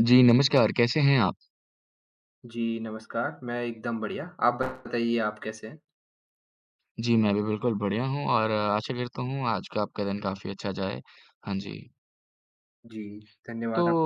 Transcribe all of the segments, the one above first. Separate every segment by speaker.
Speaker 1: जी, नमस्कार, कैसे हैं आप?
Speaker 2: जी, नमस्कार। मैं एकदम बढ़िया। आप बताइए आप कैसे हैं?
Speaker 1: जी, मैं भी बिल्कुल बढ़िया हूँ और आशा करता हूँ आज का आपका दिन काफ़ी अच्छा जाए। हाँ जी।
Speaker 2: जी,
Speaker 1: तो
Speaker 2: धन्यवाद आप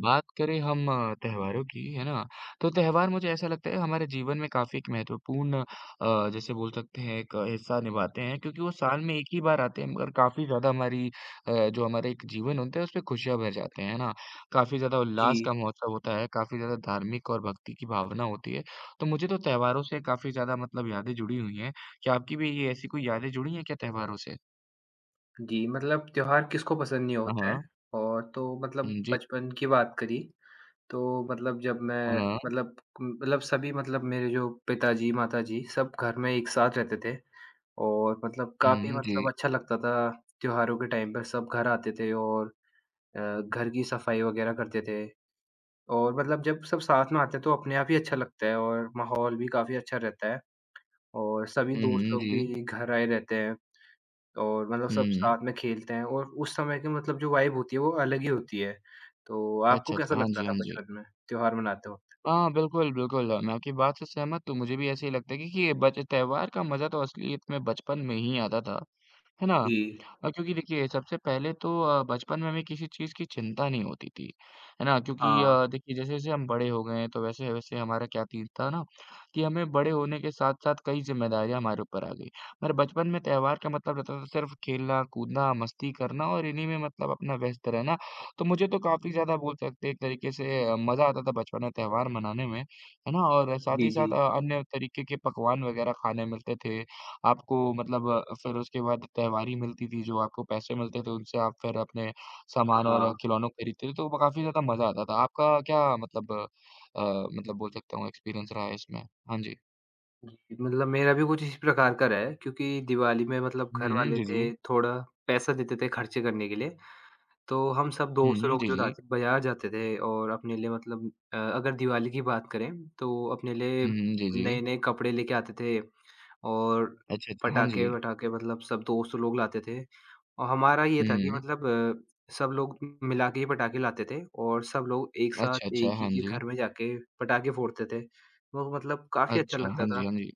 Speaker 1: बात करें हम त्योहारों की, है ना? तो त्योहार मुझे ऐसा लगता है हमारे जीवन में काफ़ी एक महत्वपूर्ण जैसे बोल सकते हैं एक हिस्सा निभाते हैं क्योंकि वो साल में एक ही बार आते हैं मगर काफ़ी ज़्यादा हमारी जो हमारा एक जीवन होता है उसपे खुशियाँ भर जाते हैं, है ना? काफ़ी ज़्यादा उल्लास का
Speaker 2: जी,
Speaker 1: महोत्सव होता है, काफ़ी ज़्यादा धार्मिक और भक्ति की भावना होती है। तो मुझे तो त्योहारों से काफ़ी ज़्यादा मतलब यादें जुड़ी हुई हैं। क्या आपकी भी ये ऐसी कोई यादें जुड़ी हैं क्या त्योहारों से?
Speaker 2: जी, मतलब त्योहार किसको पसंद नहीं
Speaker 1: हाँ,
Speaker 2: होता है
Speaker 1: हाँ।
Speaker 2: और तो मतलब
Speaker 1: हुँ, जी।
Speaker 2: बचपन की बात करी तो मतलब जब
Speaker 1: हाँ,
Speaker 2: मैं
Speaker 1: हाँ।
Speaker 2: मतलब मतलब सभी मतलब मेरे जो पिताजी, माताजी सब घर में एक साथ रहते थे और मतलब काफ़ी
Speaker 1: हुँ,
Speaker 2: मतलब
Speaker 1: जी।
Speaker 2: अच्छा लगता था त्योहारों के टाइम पर सब घर आते थे और घर की सफाई वगैरह करते थे और मतलब जब सब साथ में आते हैं तो अपने आप ही अच्छा लगता है और माहौल भी काफ़ी अच्छा रहता है। और सभी
Speaker 1: हुँ,
Speaker 2: दोस्त
Speaker 1: हुँ,
Speaker 2: लोग
Speaker 1: जी।
Speaker 2: भी घर आए रहते हैं और मतलब सब
Speaker 1: हुँ।
Speaker 2: साथ में खेलते हैं और उस समय की मतलब जो वाइब होती है वो अलग ही होती है। तो आपको
Speaker 1: अच्छा,
Speaker 2: कैसा
Speaker 1: अच्छा। हाँ
Speaker 2: लगता
Speaker 1: जी,
Speaker 2: था
Speaker 1: हाँ जी।
Speaker 2: बचपन में त्योहार मनाते वक़्त?
Speaker 1: हाँ, बिल्कुल, बिल्कुल। मैं आपकी बात से सहमत हूँ, मुझे भी ऐसे ही लगता है कि बच त्योहार का मज़ा तो असलियत में बचपन में ही आता था। है ना?
Speaker 2: जी।
Speaker 1: क्योंकि देखिए सबसे पहले तो बचपन में हमें किसी चीज़ की चिंता नहीं होती थी, है ना? क्योंकि
Speaker 2: हाँ।
Speaker 1: देखिए जैसे-जैसे हम बड़े हो गए हैं तो वैसे-वैसे हमारा क्या तीर था ना कि हमें बड़े होने के साथ-साथ कई ज़िम्मेदारियाँ हमारे ऊपर आ गई। पर बचपन में त्योहार का मतलब रहता था सिर्फ़ खेलना, कूदना, मस्ती करना और इन्हीं में मतलब अपना व्यस्त रहना। तो मुझे तो काफ़ी ज़्यादा बोल सकते हैं एक तरीके से मज़ा आता था बचपन में त्योहार मनाने में, है ना? और साथ
Speaker 2: जी,
Speaker 1: ही
Speaker 2: जी।
Speaker 1: साथ अन्य तरीके के पकवान वगैरह खाने मिलते थे। आपको मतलब फिर उसके बाद त्योहारी मिलती थी, जो आपको पैसे मिलते थे, उनसे आप फिर अपने सामान और
Speaker 2: हाँ।
Speaker 1: खिलौनों को खरीदते थे, तो काफ़ी ज़्यादा मज़ा आता था। आपका क्या मतलब मतलब बोल सकता हूँ एक्सपीरियंस रहा है इसमें? हाँ जी।
Speaker 2: जी, मतलब मेरा भी कुछ इस प्रकार का रहा है क्योंकि दिवाली में मतलब घर
Speaker 1: हुँ,
Speaker 2: वाले
Speaker 1: जी, जी।
Speaker 2: थे, थोड़ा पैसा देते थे खर्चे करने के लिए, तो हम सब दोस्त
Speaker 1: हुँ,
Speaker 2: लोग
Speaker 1: जी,
Speaker 2: जो था
Speaker 1: जी।
Speaker 2: बाज़ार जाते थे और अपने लिए मतलब अगर दिवाली की बात करें तो अपने लिए
Speaker 1: हुँ, जी, जी।
Speaker 2: नए-नए कपड़े लेके आते थे। और
Speaker 1: अच्छा, अच्छा। हाँ जी।
Speaker 2: पटाखे-वटाखे मतलब सब दोस्त लोग लाते थे और हमारा ये था कि
Speaker 1: हुँ।
Speaker 2: मतलब सब लोग मिला के ही पटाखे लाते थे और सब लोग एक साथ
Speaker 1: अच्छा, अच्छा।
Speaker 2: एक ही
Speaker 1: हाँ
Speaker 2: के
Speaker 1: जी।
Speaker 2: घर में जाके पटाखे फोड़ते थे। वो मतलब काफ़ी अच्छा
Speaker 1: अच्छा।
Speaker 2: लगता
Speaker 1: हाँ जी,
Speaker 2: था
Speaker 1: हाँ जी।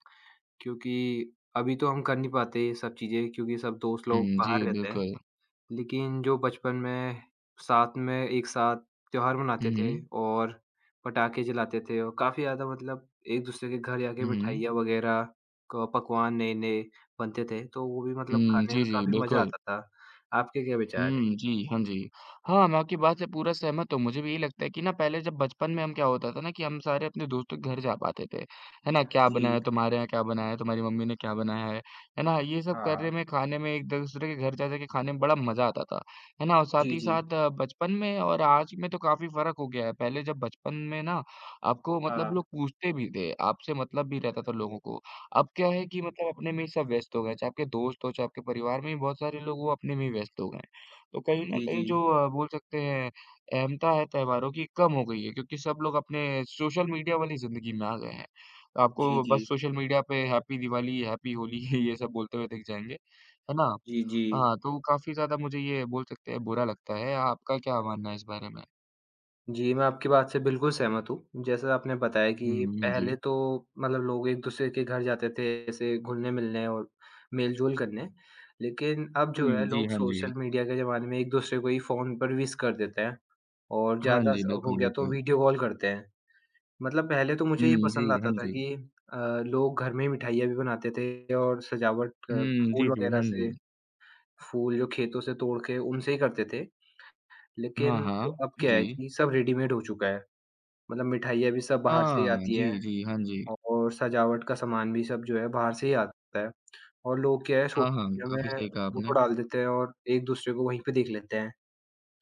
Speaker 2: क्योंकि अभी तो हम कर नहीं पाते ये सब चीज़ें क्योंकि सब दोस्त
Speaker 1: हुँ,
Speaker 2: लोग बाहर
Speaker 1: जी,
Speaker 2: रहते हैं।
Speaker 1: बिल्कुल।
Speaker 2: लेकिन जो बचपन में साथ में एक साथ त्योहार
Speaker 1: हुँ,
Speaker 2: मनाते थे
Speaker 1: हुँ।
Speaker 2: और पटाखे जलाते थे और काफ़ी ज़्यादा मतलब एक-दूसरे के घर जाके
Speaker 1: हुँ, हुँ।
Speaker 2: मिठाइयाँ वग़ैरह क पकवान नए-नए बनते थे, तो वो भी मतलब
Speaker 1: हुँ,
Speaker 2: खाने
Speaker 1: जी,
Speaker 2: में
Speaker 1: जी,
Speaker 2: काफ़ी मज़ा
Speaker 1: बिल्कुल।
Speaker 2: आता था। आपके क्या विचार हैं?
Speaker 1: हुँ, जी, हाँ जी। हाँ, मैं आपकी बात से पूरा सहमत हूँ, मुझे भी यही लगता है कि ना पहले जब बचपन में हम क्या होता था ना कि हम सारे अपने दोस्तों के घर जा पाते थे, है ना? क्या बना
Speaker 2: जी।
Speaker 1: है तुम्हारे यहाँ, क्या बना है, तुम्हारी मम्मी ने क्या बनाया है ना? ये सब
Speaker 2: हाँ।
Speaker 1: करने में, खाने में, एक-दूसरे के घर जा-जा के खाने में बड़ा मज़ा आता था, है ना? और साथ
Speaker 2: जी,
Speaker 1: ही
Speaker 2: जी।
Speaker 1: साथ बचपन में और आज में तो काफ़ी फ़र्क हो गया है, पहले जब बचपन में ना आपको मतलब
Speaker 2: हाँ।
Speaker 1: लोग पूछते भी थे, आपसे मतलब भी रहता था लोगों को। अब क्या है कि मतलब अपने में ही सब व्यस्त हो गए, चाहे आपके दोस्त हों, चाहे आपके परिवार में ही बहुत सारे लोग वो अपने में ही व्यस्त हो गए हैं। तो कहीं न
Speaker 2: जी, जी।
Speaker 1: कहीं जो बोल सकते हैं अहमियता है त्योहारों की कम हो गई है क्योंकि सब लोग अपने सोशल मीडिया वाली ज़िंदगी में आ गए हैं। तो
Speaker 2: जी,
Speaker 1: आपको
Speaker 2: जी।
Speaker 1: बस सोशल मीडिया पे हैप्पी दिवाली, हैप्पी होली ये सब बोलते हुए दिख जाएँगे, है ना?
Speaker 2: जी, जी।
Speaker 1: हाँ, तो काफ़ी ज़्यादा मुझे ये बोल सकते हैं बुरा लगता है। आपका क्या मानना है इस बारे में?
Speaker 2: जी, मैं आपकी बात से बिल्कुल सहमत हूँ। जैसा आपने बताया कि
Speaker 1: हुँ,
Speaker 2: पहले
Speaker 1: जी।
Speaker 2: तो मतलब लोग एक-दूसरे के घर जाते थे ऐसे घुलने-मिलने और मेल-जोल करने। लेकिन अब जो है
Speaker 1: हुँ, जी,
Speaker 2: लोग
Speaker 1: हाँ जी।
Speaker 2: सोशल मीडिया के ज़माने में एक-दूसरे को ही फ़ोन पर विश कर देते हैं और
Speaker 1: हाँ
Speaker 2: ज़्यादा
Speaker 1: जी,
Speaker 2: स हो
Speaker 1: बिल्कुल,
Speaker 2: गया तो
Speaker 1: बिल्कुल।
Speaker 2: वीडियो कॉल करते हैं। मतलब पहले तो मुझे ये
Speaker 1: हुँ, जी,
Speaker 2: पसंद
Speaker 1: हाँ
Speaker 2: आता था
Speaker 1: जी।
Speaker 2: कि अ, लोग घर में मिठाइयाँ भी बनाते थे और सजावट
Speaker 1: हुँ, जी,
Speaker 2: फूल
Speaker 1: जी,
Speaker 2: वगैरह
Speaker 1: हाँ जी।
Speaker 2: से फूल जो खेतों से तोड़ के उनसे ही करते थे।
Speaker 1: हाँ,
Speaker 2: लेकिन जो
Speaker 1: हाँ।
Speaker 2: अब क्या है
Speaker 1: जी।
Speaker 2: कि सब रेडीमेड हो चुका है। मतलब मिठाइयाँ भी सब बाहर से ही
Speaker 1: हाँ,
Speaker 2: आती हैं
Speaker 1: जी, जी, हाँ जी।
Speaker 2: और सजावट का सामान भी सब जो है बाहर से ही आता है और लोग क्या है
Speaker 1: हाँ, हाँ,
Speaker 2: सोशल मीडिया
Speaker 1: काफ़ी
Speaker 2: में
Speaker 1: सही कहा
Speaker 2: फ़ोटो
Speaker 1: आपने।
Speaker 2: डाल देते हैं और एक-दूसरे को वहीं पे देख लेते हैं।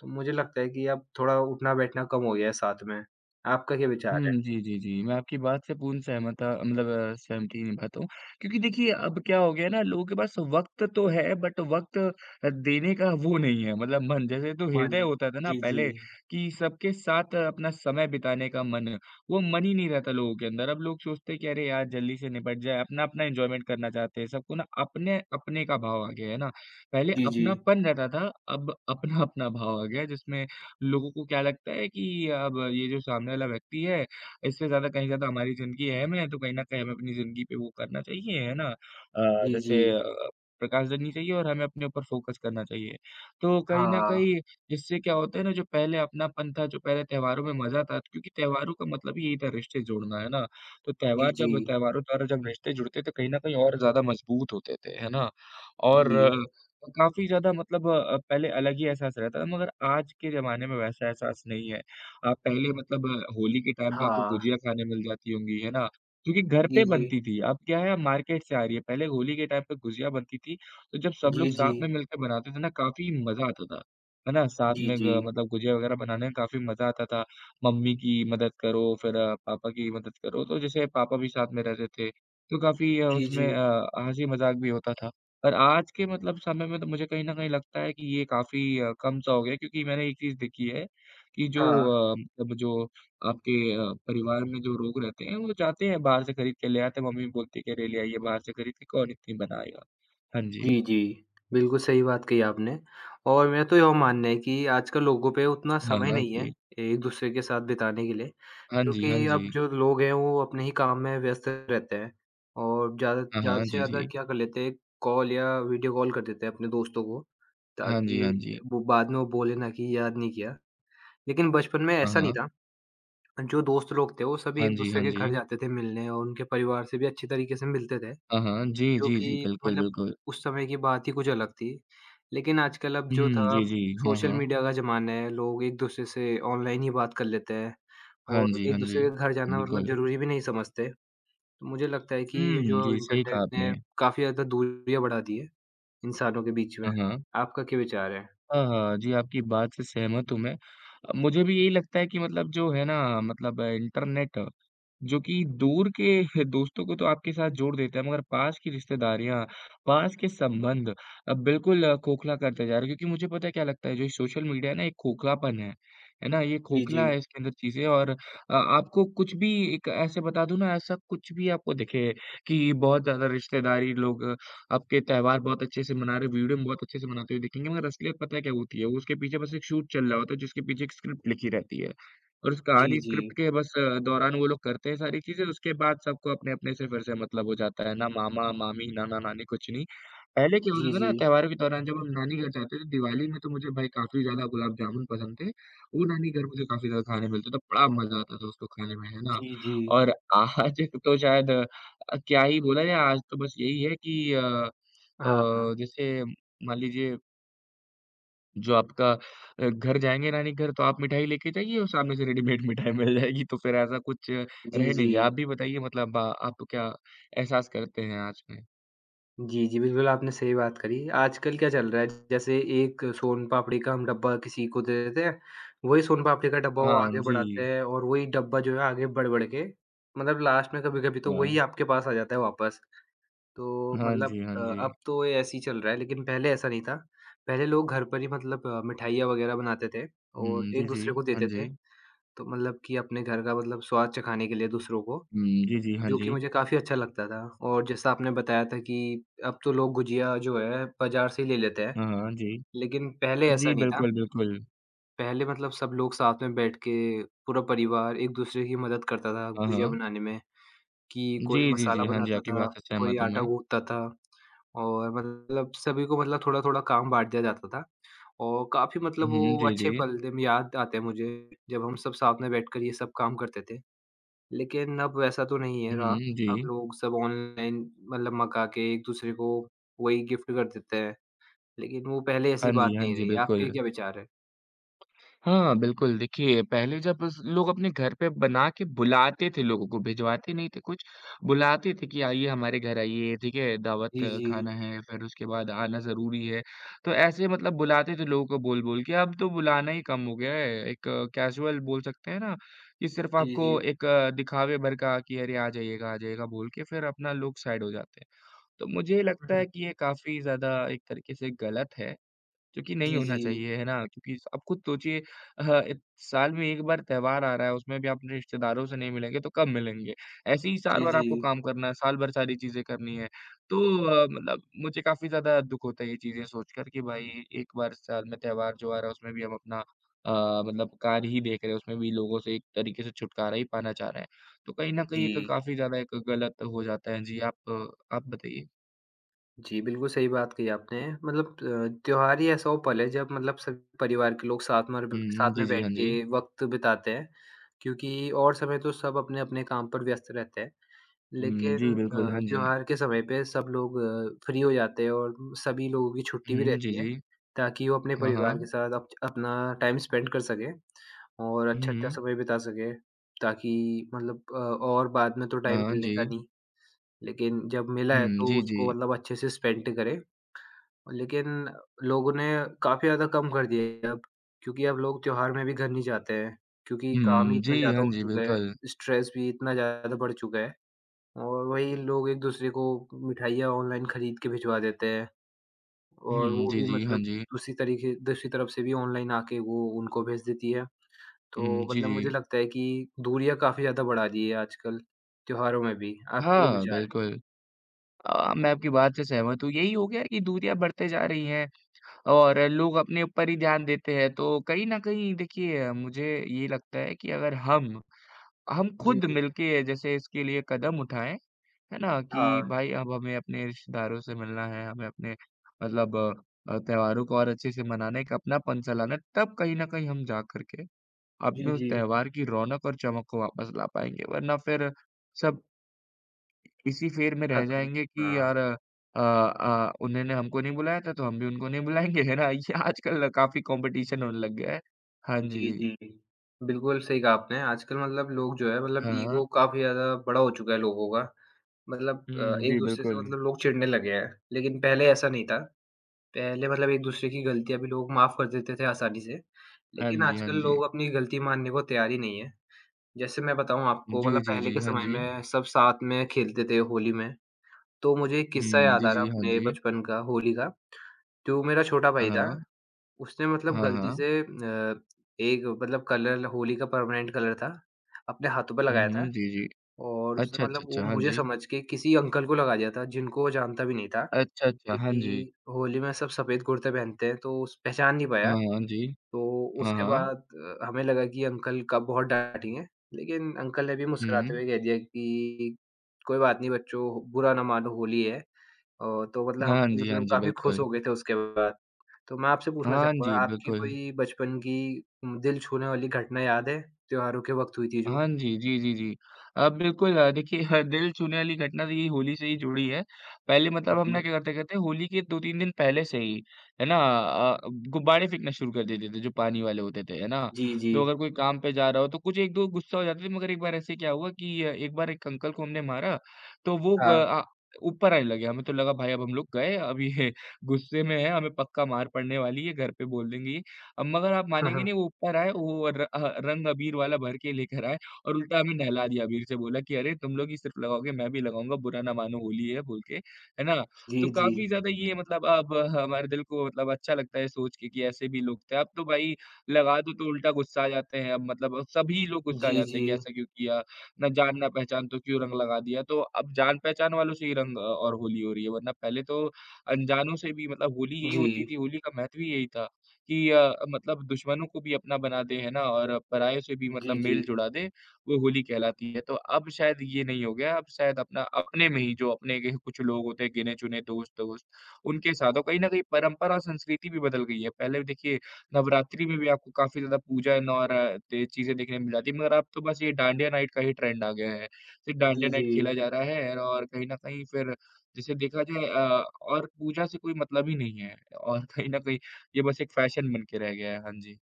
Speaker 2: तो मुझे लगता है कि अब थोड़ा उठना-बैठना कम हो गया है साथ में। आपका क्या विचार
Speaker 1: हुँ,
Speaker 2: है?
Speaker 1: जी, जी, जी। मैं आपकी बात से पूर्ण सहमता मतलब सहमति निभाता हूँ क्योंकि देखिए अब क्या हो गया है ना लोगों के पास वक़्त तो है बट वक़्त देने का वो नहीं है मतलब मन जैसे तो
Speaker 2: मान
Speaker 1: हृदय होता था ना
Speaker 2: जी, जी।
Speaker 1: पहले कि सबके साथ अपना समय बिताने का मन, वो मन ही नहीं रहता लोगों के अंदर। अब लोग सोचते हैं कि अरे यार जल्दी से निपट जाए, अपना-अपना एन्जॉयमेंट करना चाहते हैं। सबको ना अपने-अपने का भाव आ गया है ना? पहले
Speaker 2: जी, जी।
Speaker 1: अपनापन रहता था, अब अपना-अपना भाव आ गया है जिसमें लोगों को क्या लगता है कि अब ये जो सामने वाला व्यक्ति है, इससे ज़्यादा कहीं ज़्यादा हमारी ज़िंदगी अहम है, तो कहीं न कहीं हमें अपनी ज़िंदगी पे वो करना चाहिए, है ना?
Speaker 2: जी, जी।
Speaker 1: जैसे प्रकाश देनी चाहिए और हमें अपने ऊपर फोकस करना चाहिए। तो कहीं न
Speaker 2: हाँ।
Speaker 1: कहीं इससे क्या होता है ना, जो पहले अपनापन था, जो पहले त्योहारों में मज़ा था क्योंकि त्योहारों का मतलब ही यही था रिश्ते जोड़ना, है ना? तो
Speaker 2: जी,
Speaker 1: त्योहार
Speaker 2: जी।
Speaker 1: जब त्योहारों द्वारा जब रिश्ते जुड़ते, तो कहीं न कहीं और ज़्यादा मजबूत होते थे, है ना? और
Speaker 2: जी।
Speaker 1: काफ़ी ज़्यादा मतलब पहले अलग ही एहसास रहता था मगर आज के ज़माने में वैसा एहसास नहीं है। पहले मतलब होली के टाइम पे आपको
Speaker 2: हाँ।
Speaker 1: गुजिया खाने मिल जाती होंगी, है ना? जो कि घर
Speaker 2: जी,
Speaker 1: पे
Speaker 2: जी।
Speaker 1: बनती थी, अब क्या है अब मार्केट से आ रही है। पहले होली के टाइम पे गुजिया बनती थी, तो जब सब
Speaker 2: जी,
Speaker 1: लोग
Speaker 2: जी।
Speaker 1: साथ में मिलकर बनाते थे ना काफ़ी मज़ा आता था। है ना? साथ
Speaker 2: जी,
Speaker 1: में
Speaker 2: जी।
Speaker 1: ग मतलब गुजिया वग़ैरह बनाने में काफ़ी मज़ा आता था। मम्मी की मदद करो फिर पापा की मदद करो, तो जैसे पापा भी साथ में रहते थे, तो काफ़ी
Speaker 2: जी,
Speaker 1: उसमें
Speaker 2: जी।
Speaker 1: हँसी-मज़ाक भी होता था। और आज के मतलब समय में तो मुझे कहीं न कहीं लगता है कि ये काफ़ी कम-सा हो गया है क्योंकि मैंने एक चीज़ देखी है कि जो
Speaker 2: हाँ।
Speaker 1: मतलब जो आपके परिवार में जो लोग रहते हैं, वो जाते हैं बाहर से खरीद के ले आते हैं, मम्मी बोलती है कि, "अरे! ले आइए बाहर से खरीद के, कौन इतनी बनाएगा।" हाँ जी।
Speaker 2: जी, जी। बिल्कुल सही बात कही आपने और मेरा तो यह मानना है कि आजकल लोगों पे उतना
Speaker 1: हाँ,
Speaker 2: समय
Speaker 1: हाँ
Speaker 2: नहीं है,
Speaker 1: जी।
Speaker 2: एक-दूसरे के साथ बिताने के लिए,
Speaker 1: हाँ जी, हाँ
Speaker 2: क्योंकि अब
Speaker 1: जी।
Speaker 2: जो लोग हैं वो अपने ही काम में व्यस्त रहते हैं और ज़्यादा
Speaker 1: हाँ,
Speaker 2: ज़्यादा
Speaker 1: हाँ।
Speaker 2: से
Speaker 1: जी,
Speaker 2: ज़्यादा
Speaker 1: जी।
Speaker 2: क्या कर लेते हैं, कॉल या वीडियो कॉल कर देते हैं अपने दोस्तों को,
Speaker 1: हाँ जी, हाँ
Speaker 2: ताकि
Speaker 1: जी।
Speaker 2: वो बाद में वो बोले ना कि याद नहीं किया। लेकिन बचपन में
Speaker 1: हाँ,
Speaker 2: ऐसा नहीं
Speaker 1: हाँ।
Speaker 2: था, जो दोस्त लोग थे वो सभी
Speaker 1: हाँ जी,
Speaker 2: एक-दूसरे
Speaker 1: हाँ
Speaker 2: के घर
Speaker 1: जी।
Speaker 2: जाते थे मिलने और उनके परिवार से भी अच्छे तरीके से मिलते थे।
Speaker 1: हाँ, हाँ। जी,
Speaker 2: जो
Speaker 1: जी,
Speaker 2: कि
Speaker 1: जी। बिल्कुल,
Speaker 2: मतलब
Speaker 1: बिल्कुल।
Speaker 2: उस समय की बात ही कुछ अलग थी। लेकिन आजकल अब जो
Speaker 1: हुँ,
Speaker 2: था
Speaker 1: जी, जी। हाँ,
Speaker 2: सोशल
Speaker 1: हाँ।
Speaker 2: मीडिया का ज़माना है, लोग एक-दूसरे से ऑनलाइन ही बात कर लेते हैं
Speaker 1: हाँ
Speaker 2: और
Speaker 1: जी, हाँ
Speaker 2: एक-दूसरे
Speaker 1: जी।
Speaker 2: के घर जाना मतलब
Speaker 1: बिल्कुल।
Speaker 2: ज़रूरी भी नहीं समझते। तो मुझे लगता है कि ये
Speaker 1: हुँ,
Speaker 2: जो
Speaker 1: जी, सही कहा
Speaker 2: इंटरनेट ने
Speaker 1: आपने।
Speaker 2: काफ़ी ज़्यादा दूरियाँ बढ़ा दी है इंसानों के बीच में।
Speaker 1: हाँ, हाँ।
Speaker 2: आपका क्या विचार है?
Speaker 1: हाँ, हाँ। जी, आपकी बात से सहमत हूँ मैं। मुझे भी यही लगता है कि मतलब जो है ना मतलब इंटरनेट जो कि दूर के दोस्तों को तो आपके साथ जोड़ देता है मगर पास की रिश्तेदारियाँ, पास के संबंध बिल्कुल खोखला करते जा रहे हैं। क्योंकि मुझे पता है क्या लगता है जो ये सोशल मीडिया है ना एक खोखलापन है। है ना? ये
Speaker 2: जी, जी।
Speaker 1: खोखला है इसके अंदर चीज़ें और आपको कुछ भी एक ऐसे बता दूँ ना ऐसा कुछ भी आपको दिखे कि बहुत ज़्यादा रिश्तेदारी लोग आपके त्योहार बहुत अच्छे से मना रहे हो, वीडियो में बहुत अच्छे से मनाते हुए दिखेंगे, मगर असलियत पता है क्या होती है? वो उसके पीछे बस एक शूट चल रहा होता है, जिसके पीछे एक स्क्रिप्ट लिखी रहती है। और उस
Speaker 2: जी,
Speaker 1: कहानी
Speaker 2: जी।
Speaker 1: स्क्रिप्ट के बस दौरान वो लोग करते हैं सारी चीज़ें, उसके बाद सबको अपने-अपने से फिर से मतलब हो जाता है, ना मामा, मामी, नाना-नानी कुछ नहीं। पहले क्या
Speaker 2: जी,
Speaker 1: होता था
Speaker 2: जी।
Speaker 1: ना त्योहारों के दौरान जब हम नानी घर जाते थे, दिवाली में तो मुझे भाई काफ़ी ज़्यादा गुलाब जामुन पसंद थे। वो नानी घर मुझे काफ़ी ज़्यादा खाने मिलते थे, बड़ा मज़ा आता था उसको खाने में, है ना?
Speaker 2: जी, जी।
Speaker 1: और आज तो शायद क्या ही बोला जाए आज तो बस यही है कि
Speaker 2: हाँ, हाँ।
Speaker 1: जैसे मान लीजिए जो आपका घर जाएँगे नानी घर तो आप मिठाई लेके जाइए और सामने से रेडीमेड मिठाई मिल जाएगी तो फिर ऐसा कुछ
Speaker 2: जी,
Speaker 1: रह
Speaker 2: जी।
Speaker 1: नहीं गया। आप भी बताइए मतलब आप क्या एहसास करते हैं आज में?
Speaker 2: जी, जी, बिल्कुल आपने सही बात करी। आजकल क्या चल रहा है जैसे एक सोन पापड़ी का हम डब्बा किसी को दे देते हैं, वही सोन पापड़ी का डब्बा वो
Speaker 1: हाँ
Speaker 2: आगे
Speaker 1: जी।
Speaker 2: बढ़ाते हैं और वही डब्बा जो है आगे बढ़-बढ़ के मतलब लास्ट में कभी-कभी तो वही
Speaker 1: हाँ।
Speaker 2: आपके पास आ जाता है वापस। तो
Speaker 1: हाँ
Speaker 2: मतलब
Speaker 1: जी, हाँ जी।
Speaker 2: अब तो ये ऐसे ही चल रहा है लेकिन पहले ऐसा नहीं था। पहले लोग घर पर ही मतलब मिठाइयाँ वगैरह बनाते थे
Speaker 1: हुँ,
Speaker 2: और
Speaker 1: जी, जी।
Speaker 2: एक-दूसरे को
Speaker 1: हाँ
Speaker 2: देते थे।
Speaker 1: जी।
Speaker 2: तो मतलब कि अपने घर का मतलब स्वाद चखाने के लिए दूसरों को।
Speaker 1: हुँ, जी, जी। हाँ
Speaker 2: जो
Speaker 1: जी।
Speaker 2: कि मुझे काफ़ी अच्छा लगता था और जैसा आपने बताया था कि अब तो लोग गुजिया जो है बाज़ार से ही ले लेते हैं,
Speaker 1: हाँ, हाँ, जी।
Speaker 2: लेकिन पहले ऐसा
Speaker 1: जी,
Speaker 2: नहीं था।
Speaker 1: बिल्कुल, बिल्कुल।
Speaker 2: पहले मतलब सब लोग साथ में बैठ के पूरा परिवार एक-दूसरे की मदद करता था
Speaker 1: हाँ,
Speaker 2: गुजिया
Speaker 1: हाँ।
Speaker 2: बनाने में कि
Speaker 1: जी,
Speaker 2: कोई
Speaker 1: जी,
Speaker 2: मसाला
Speaker 1: जी। हाँ जी,
Speaker 2: बनाता
Speaker 1: आपकी
Speaker 2: था,
Speaker 1: बात से
Speaker 2: कोई
Speaker 1: सहमत हूँ
Speaker 2: आटा
Speaker 1: मैं।
Speaker 2: गूँथता था और मतलब सभी को मतलब थोड़ा-थोड़ा काम बाँट दिया जाता था और काफ़ी मतलब
Speaker 1: हुँ,
Speaker 2: वो
Speaker 1: हुँ। जी,
Speaker 2: अच्छे
Speaker 1: जी।
Speaker 2: पल दिन याद आते हैं मुझे, जब हम सब साथ में बैठकर ये सब काम करते थे। लेकिन अब वैसा तो नहीं है
Speaker 1: हुँ,
Speaker 2: रहा।
Speaker 1: हुँ। जी।
Speaker 2: अब लोग सब ऑनलाइन मतलब मँगा के एक-दूसरे को वही गिफ्ट कर देते हैं, लेकिन वो पहले
Speaker 1: हाँ
Speaker 2: ऐसी बात
Speaker 1: जी, हाँ
Speaker 2: नहीं
Speaker 1: जी,
Speaker 2: रही। आपके
Speaker 1: बिल्कुल।
Speaker 2: क्या विचार हैं?
Speaker 1: हाँ, बिल्कुल। देखिए, पहले जब स लोग अपने घर पे बना के बुलाते थे लोगों को, भिजवाते नहीं थे कुछ, बुलाते थे कि आइए हमारे घर आइए, ठीक है? दावत
Speaker 2: जी, जी।
Speaker 1: खाना है, फिर उसके बाद आना ज़रूरी है। तो ऐसे मतलब बुलाते थे लोगों को बोल-बोल के, अब तो बुलाना ही कम हो गया है। एक कैज़ुअल बोल सकते हैं ना, कि सिर्फ़
Speaker 2: जी,
Speaker 1: आपको
Speaker 2: जी।
Speaker 1: एक दिखावे भर का कि अरे! आ जाइएगा बोल के फिर अपना लोग साइड हो जाते हैं। तो मुझे लगता
Speaker 2: हुँ।
Speaker 1: है कि ये काफ़ी ज़्यादा एक तरीके से गलत है जो कि नहीं
Speaker 2: जी,
Speaker 1: होना
Speaker 2: जी।
Speaker 1: चाहिए, है ना? क्योंकि आप खुद सोचिए अ, इत साल में एक बार त्योहार आ रहा है, उसमें भी आप अपने रिश्तेदारों से नहीं मिलेंगे, तो कब मिलेंगे? ऐसे ही साल
Speaker 2: जी,
Speaker 1: भर
Speaker 2: जी।
Speaker 1: आपको काम करना है, साल भर सारी चीज़ें करनी है। तो मतलब मुझे काफ़ी ज़्यादा दुःख होता है ये चीज़ें सोचकर कि भाई एक बार साल में त्योहार जो आ रहा है, उसमें भी हम अपना अ, मतलब कार्य ही देख रहे हैं, उसमें भी लोगों से एक तरीके से छुटकारा ही पाना चाह रहे हैं। तो कहीं न कहीं एक
Speaker 2: जी।
Speaker 1: काफ़ी ज़्यादा एक गलत हो जाता है। जी, आप बताइए?
Speaker 2: जी, बिल्कुल सही बात कही आपने। मतलब त्योहार ही ऐसा वो पल है जब मतलब सभी परिवार के लोग साथ मर ब
Speaker 1: हुँ, हुँ।
Speaker 2: साथ
Speaker 1: जी,
Speaker 2: में
Speaker 1: जी।
Speaker 2: बैठ
Speaker 1: हाँ
Speaker 2: के
Speaker 1: जी।
Speaker 2: वक़्त बिताते हैं, क्योंकि और समय तो सब अपने-अपने काम पर व्यस्त रहते हैं।
Speaker 1: हुँ,
Speaker 2: लेकिन
Speaker 1: जी, बिल्कुल। हाँ जी।
Speaker 2: त्योहार के समय पे सब लोग फ्री हो जाते हैं और सभी लोगों की छुट्टी भी
Speaker 1: हुँ, जी,
Speaker 2: रहती है,
Speaker 1: जी।
Speaker 2: ताकि वो अपने
Speaker 1: हाँ,
Speaker 2: परिवार के
Speaker 1: हाँ।
Speaker 2: साथ अप अपना टाइम स्पेंड कर सकें और अच्छा-अच्छा
Speaker 1: हुँ,
Speaker 2: समय बिता सकें, ताकि मतलब और बाद में तो टाइम
Speaker 1: हाँ
Speaker 2: मिलने
Speaker 1: जी।
Speaker 2: का नहीं, लेकिन जब मिला है
Speaker 1: हुँ,
Speaker 2: तो
Speaker 1: जी,
Speaker 2: उसको
Speaker 1: जी।
Speaker 2: मतलब अच्छे से स्पेंड करें। लेकिन लोगों ने काफ़ी ज़्यादा कम कर दिया है अब, क्योंकि अब लोग त्योहार में भी घर नहीं जाते हैं, क्योंकि काम ही
Speaker 1: हुँ, जी,
Speaker 2: इतना ज़्यादा
Speaker 1: हाँ
Speaker 2: हो
Speaker 1: जी,
Speaker 2: चुका है,
Speaker 1: बिल्कुल।
Speaker 2: स्ट्रेस भी इतना ज़्यादा बढ़ चुका है। और वही लोग एक-दूसरे को मिठाइयाँ ऑनलाइन खरीद के भिजवा देते हैं और
Speaker 1: हुँ,
Speaker 2: वो
Speaker 1: जी,
Speaker 2: भी
Speaker 1: जी, हाँ
Speaker 2: मतलब
Speaker 1: जी।
Speaker 2: दूसरी तरफ से भी ऑनलाइन आके वो उनको भेज देती है।
Speaker 1: हुँ,
Speaker 2: तो
Speaker 1: जी,
Speaker 2: मतलब मुझे
Speaker 1: जी।
Speaker 2: लगता है कि दूरियाँ काफ़ी ज़्यादा बढ़ा दी है आजकल त्योहारों में भी। आपके क्या
Speaker 1: हाँ,
Speaker 2: विचार हैं?
Speaker 1: बिल्कुल। मैं आपकी बात से सहमत हूँ। यही हो गया कि दूरियाँ बढ़ते जा रही हैं और लोग अपने ऊपर ही ध्यान देते हैं। तो कहीं न कहीं देखिए मुझे ये लगता है कि अगर हम
Speaker 2: जी,
Speaker 1: खुद मिलके जैसे इसके लिए कदम उठाएँ, है ना? कि
Speaker 2: हाँ।
Speaker 1: भाई अब हमें अपने रिश्तेदारों से मिलना है, हमें अपने मतलब त्योहारों को और अच्छे से मनाने का अपनापन-सा लाना है, तब कहीं न कहीं हम जा कर के
Speaker 2: जी,
Speaker 1: अपने उस
Speaker 2: जी।
Speaker 1: त्योहार की रौनक और चमक को वापस ला पाएँगे, वरना फिर सब इसी फेर में रह
Speaker 2: खत्म।
Speaker 1: जाएँगे कि
Speaker 2: हाँ।
Speaker 1: यार उन्होंने हमको नहीं बुलाया था, तो हम भी उनको नहीं बुलाएँगे, है ना? ये आजकल काफ़ी कॉम्पिटिशन होने लग गया है। हाँ जी।
Speaker 2: जी, जी। बिल्कुल सही कहा आपने। आजकल मतलब लोग जो है मतलब
Speaker 1: हाँ,
Speaker 2: ईगो
Speaker 1: हाँ।
Speaker 2: काफ़ी ज़्यादा बड़ा हो चुका है लोगों का। मतलब
Speaker 1: हुँ, जी,
Speaker 2: एक-दूसरे से
Speaker 1: बिल्कुल।
Speaker 2: मतलब लोग चिढ़ने लगे हैं। लेकिन पहले ऐसा नहीं था। पहले मतलब एक-दूसरे की गलतियाँ भी लोग माफ़ कर देते थे आसानी से,
Speaker 1: हाँ
Speaker 2: लेकिन
Speaker 1: जी, हाँ
Speaker 2: आजकल
Speaker 1: जी।
Speaker 2: लोग अपनी गलती मानने को तैयार ही नहीं है। जैसे मैं बताऊँ आपको
Speaker 1: जी,
Speaker 2: मतलब
Speaker 1: जी,
Speaker 2: पहले
Speaker 1: जी।
Speaker 2: के
Speaker 1: हाँ
Speaker 2: समय
Speaker 1: जी।
Speaker 2: में सब साथ में खेलते थे होली में, तो मुझे एक किस्सा
Speaker 1: हुँ,
Speaker 2: याद
Speaker 1: जी,
Speaker 2: आ रहा
Speaker 1: जी। हाँ
Speaker 2: अपने
Speaker 1: जी।
Speaker 2: बचपन का, होली का। तो मेरा छोटा
Speaker 1: हाँ,
Speaker 2: भाई था,
Speaker 1: हाँ।
Speaker 2: उसने मतलब
Speaker 1: हाँ,
Speaker 2: गलती
Speaker 1: हाँ।
Speaker 2: से एक मतलब कलर होली का परमानेंट कलर था, अपने हाथों पे
Speaker 1: हुँ,
Speaker 2: लगाया था
Speaker 1: हुँ। जी, जी।
Speaker 2: और
Speaker 1: अच्छा,
Speaker 2: उसने
Speaker 1: अच्छा,
Speaker 2: मतलब वो
Speaker 1: अच्छा। हाँ
Speaker 2: मुझे
Speaker 1: जी।
Speaker 2: समझ के किसी अंकल को लगा दिया था, जिनको वो जानता भी नहीं था।
Speaker 1: अच्छा, अच्छा। हाँ जी।
Speaker 2: क्योंकि होली में सब सफ़ेद कुर्ते पहनते हैं, तो उस पहचान नहीं पाया।
Speaker 1: हाँ, हाँ जी।
Speaker 2: तो
Speaker 1: हाँ,
Speaker 2: उसके
Speaker 1: हाँ।
Speaker 2: बाद हमें लगा कि अंकल का बहुत डाँटेंगे, लेकिन अंकल ने भी मुस्कुराते
Speaker 1: हुँ।
Speaker 2: हुए कह दिया कि, "कोई बात नहीं बच्चों, बुरा ना मानो, होली है।" और तो मतलब हम
Speaker 1: हाँ
Speaker 2: भी
Speaker 1: जी, हाँ
Speaker 2: मतलब
Speaker 1: जी,
Speaker 2: काफ़ी खुश
Speaker 1: बिल्कुल।
Speaker 2: हो गए थे उसके बाद। तो मैं आपसे पूछना
Speaker 1: हाँ
Speaker 2: चाहूँगा,
Speaker 1: जी,
Speaker 2: आपकी
Speaker 1: बिल्कुल।
Speaker 2: कोई बचपन की दिल छूने वाली घटना याद है, त्योहारों के वक़्त हुई थी जो?
Speaker 1: हाँ जी, जी, जी, जी। बिल्कुल देखिए ह दिल छूने वाली घटना तो ये होली से ही जुड़ी है। पहले मतलब हम
Speaker 2: जी।
Speaker 1: ना क्या करते करते होली के 2-3 दिन पहले से ही, है ना? गुब्बारे फेंकना शुरू कर देते थे जो पानी वाले होते थे, है ना?
Speaker 2: जी, जी।
Speaker 1: तो अगर कोई काम पे जा रहा हो तो कुछ 1-2 गुस्सा हो जाते थे मगर एक बार ऐसे क्या हुआ कि एक बार एक अंकल को हमने मारा तो वो
Speaker 2: हाँ।
Speaker 1: ऊपर आने लगे। हमें तो लगा भाई अब हम लोग गए अब ये गुस्से में है, हमें पक्का मार पड़ने वाली है, घर पे बोल देंगे ये। मगर आप मानेंगे नहीं वो ऊपर आए वो रंग अबीर वाला भर के लेकर आए। और उल्टा हमें नहला दिया अबीर से बोला कि अरे तुम लोग ही सिर्फ लगाओगे मैं भी लगाऊँगा बुरा ना मानो होली है बोल के, है ना?
Speaker 2: जी,
Speaker 1: तो
Speaker 2: जी।
Speaker 1: काफ़ी ज़्यादा ये मतलब अब हमारे दिल को मतलब अच्छा लगता है सोच के कि ऐसे भी लोग थे। अब तो भाई लगा दो तो उल्टा गुस्सा आ जाते हैं, अब मतलब अब सभी लोग गुस्सा आ
Speaker 2: जी,
Speaker 1: जाते हैं
Speaker 2: जी।
Speaker 1: कि ऐसा क्यों किया? ना जान ना पहचान तो क्यों रंग लगा दिया? तो अब जान पहचान वालों से ही रंग और होली हो रही है वरना पहले तो अनजानों से भी मतलब होली यही
Speaker 2: जी।
Speaker 1: होती थी, होली का महत्व ही यही था कि मतलब दुश्मनों को भी अपना बना दे, है ना? और पराये से भी मतलब
Speaker 2: जी, जी।
Speaker 1: मेल जुड़ा दे वो होली कहलाती है। तो अब शायद ये नहीं हो गया, अब शायद अपना अपने में ही जो अपने के कुछ लोग होते हैं गिने-चुने दोस्त-वोस्त, उनके साथ और कहीं न कहीं परंपरा और संस्कृति भी बदल गई है। पहले भी देखिए नवरात्रि में भी आपको काफ़ी ज़्यादा पूजन और अ, ते चीज़ें देखने को मिल जाती है, मगर अब तो बस ये डांडिया नाइट का ही ट्रेंड आ गया है। सिर्फ
Speaker 2: जी,
Speaker 1: डांडिया नाइट
Speaker 2: जी।
Speaker 1: खेला जा रहा है और कहीं न कहीं फिर जिसे देखा जाए और पूजा से कोई मतलब ही नहीं है और कहीं न कहीं ये बस एक फैशन बन के रह गया है। हाँ जी।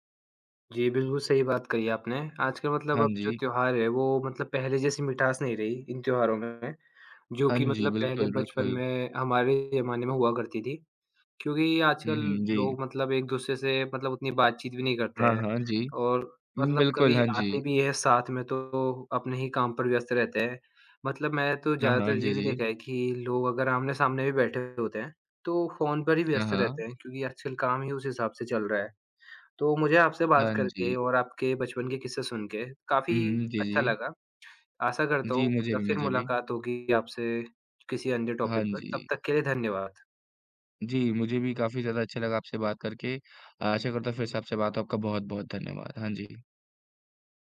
Speaker 2: जी, बिल्कुल सही बात कही आपने। आजकल मतलब
Speaker 1: हाँ
Speaker 2: अब जो
Speaker 1: जी।
Speaker 2: त्योहार है वो मतलब पहले जैसी मिठास नहीं रही इन त्योहारों में, जो
Speaker 1: हाँ
Speaker 2: कि
Speaker 1: जी,
Speaker 2: मतलब पहले
Speaker 1: बिल्कुल,
Speaker 2: बचपन
Speaker 1: बिल्कुल।
Speaker 2: में हमारे ज़माने में हुआ करती थी। क्योंकि
Speaker 1: हुँ,
Speaker 2: आजकल
Speaker 1: हुँ। जी।
Speaker 2: लोग मतलब एक-दूसरे से मतलब उतनी बातचीत भी नहीं करते
Speaker 1: हाँ,
Speaker 2: हैं
Speaker 1: हाँ, जी।
Speaker 2: और मतलब
Speaker 1: बिल्कुल,
Speaker 2: कभी
Speaker 1: हाँ जी।
Speaker 2: आते भी हैं साथ में तो अपने ही काम पर व्यस्त रहते हैं। मतलब मैं तो
Speaker 1: हाँ, हाँ,
Speaker 2: ज़्यादातर
Speaker 1: जी,
Speaker 2: ये भी
Speaker 1: जी।
Speaker 2: देखा है कि लोग अगर आमने-सामने भी बैठे होते हैं, तो फ़ोन पर ही
Speaker 1: हाँ,
Speaker 2: व्यस्त
Speaker 1: हाँ।
Speaker 2: रहते हैं क्योंकि आजकल काम ही उस हिसाब से चल रहा है। तो मुझे आपसे बात
Speaker 1: हाँ
Speaker 2: करके
Speaker 1: जी।
Speaker 2: और आपके बचपन के किस्से सुन के काफ़ी
Speaker 1: हुँ, हुँ, जी,
Speaker 2: अच्छा
Speaker 1: जी।
Speaker 2: लगा। आशा करता
Speaker 1: जी,
Speaker 2: हूँ
Speaker 1: मुझे
Speaker 2: मतलब
Speaker 1: भी,
Speaker 2: फिर
Speaker 1: मुझे भी।
Speaker 2: मुलाकात होगी आपसे किसी अन्य
Speaker 1: हाँ
Speaker 2: टॉपिक पर। तब
Speaker 1: जी।
Speaker 2: तक के लिए धन्यवाद।
Speaker 1: जी, मुझे भी काफ़ी ज़्यादा अच्छा लगा आपसे बात करके। आशा करता हूँ फिर से आपसे बात हो। आपका बहुत-बहुत धन्यवाद। हाँ जी।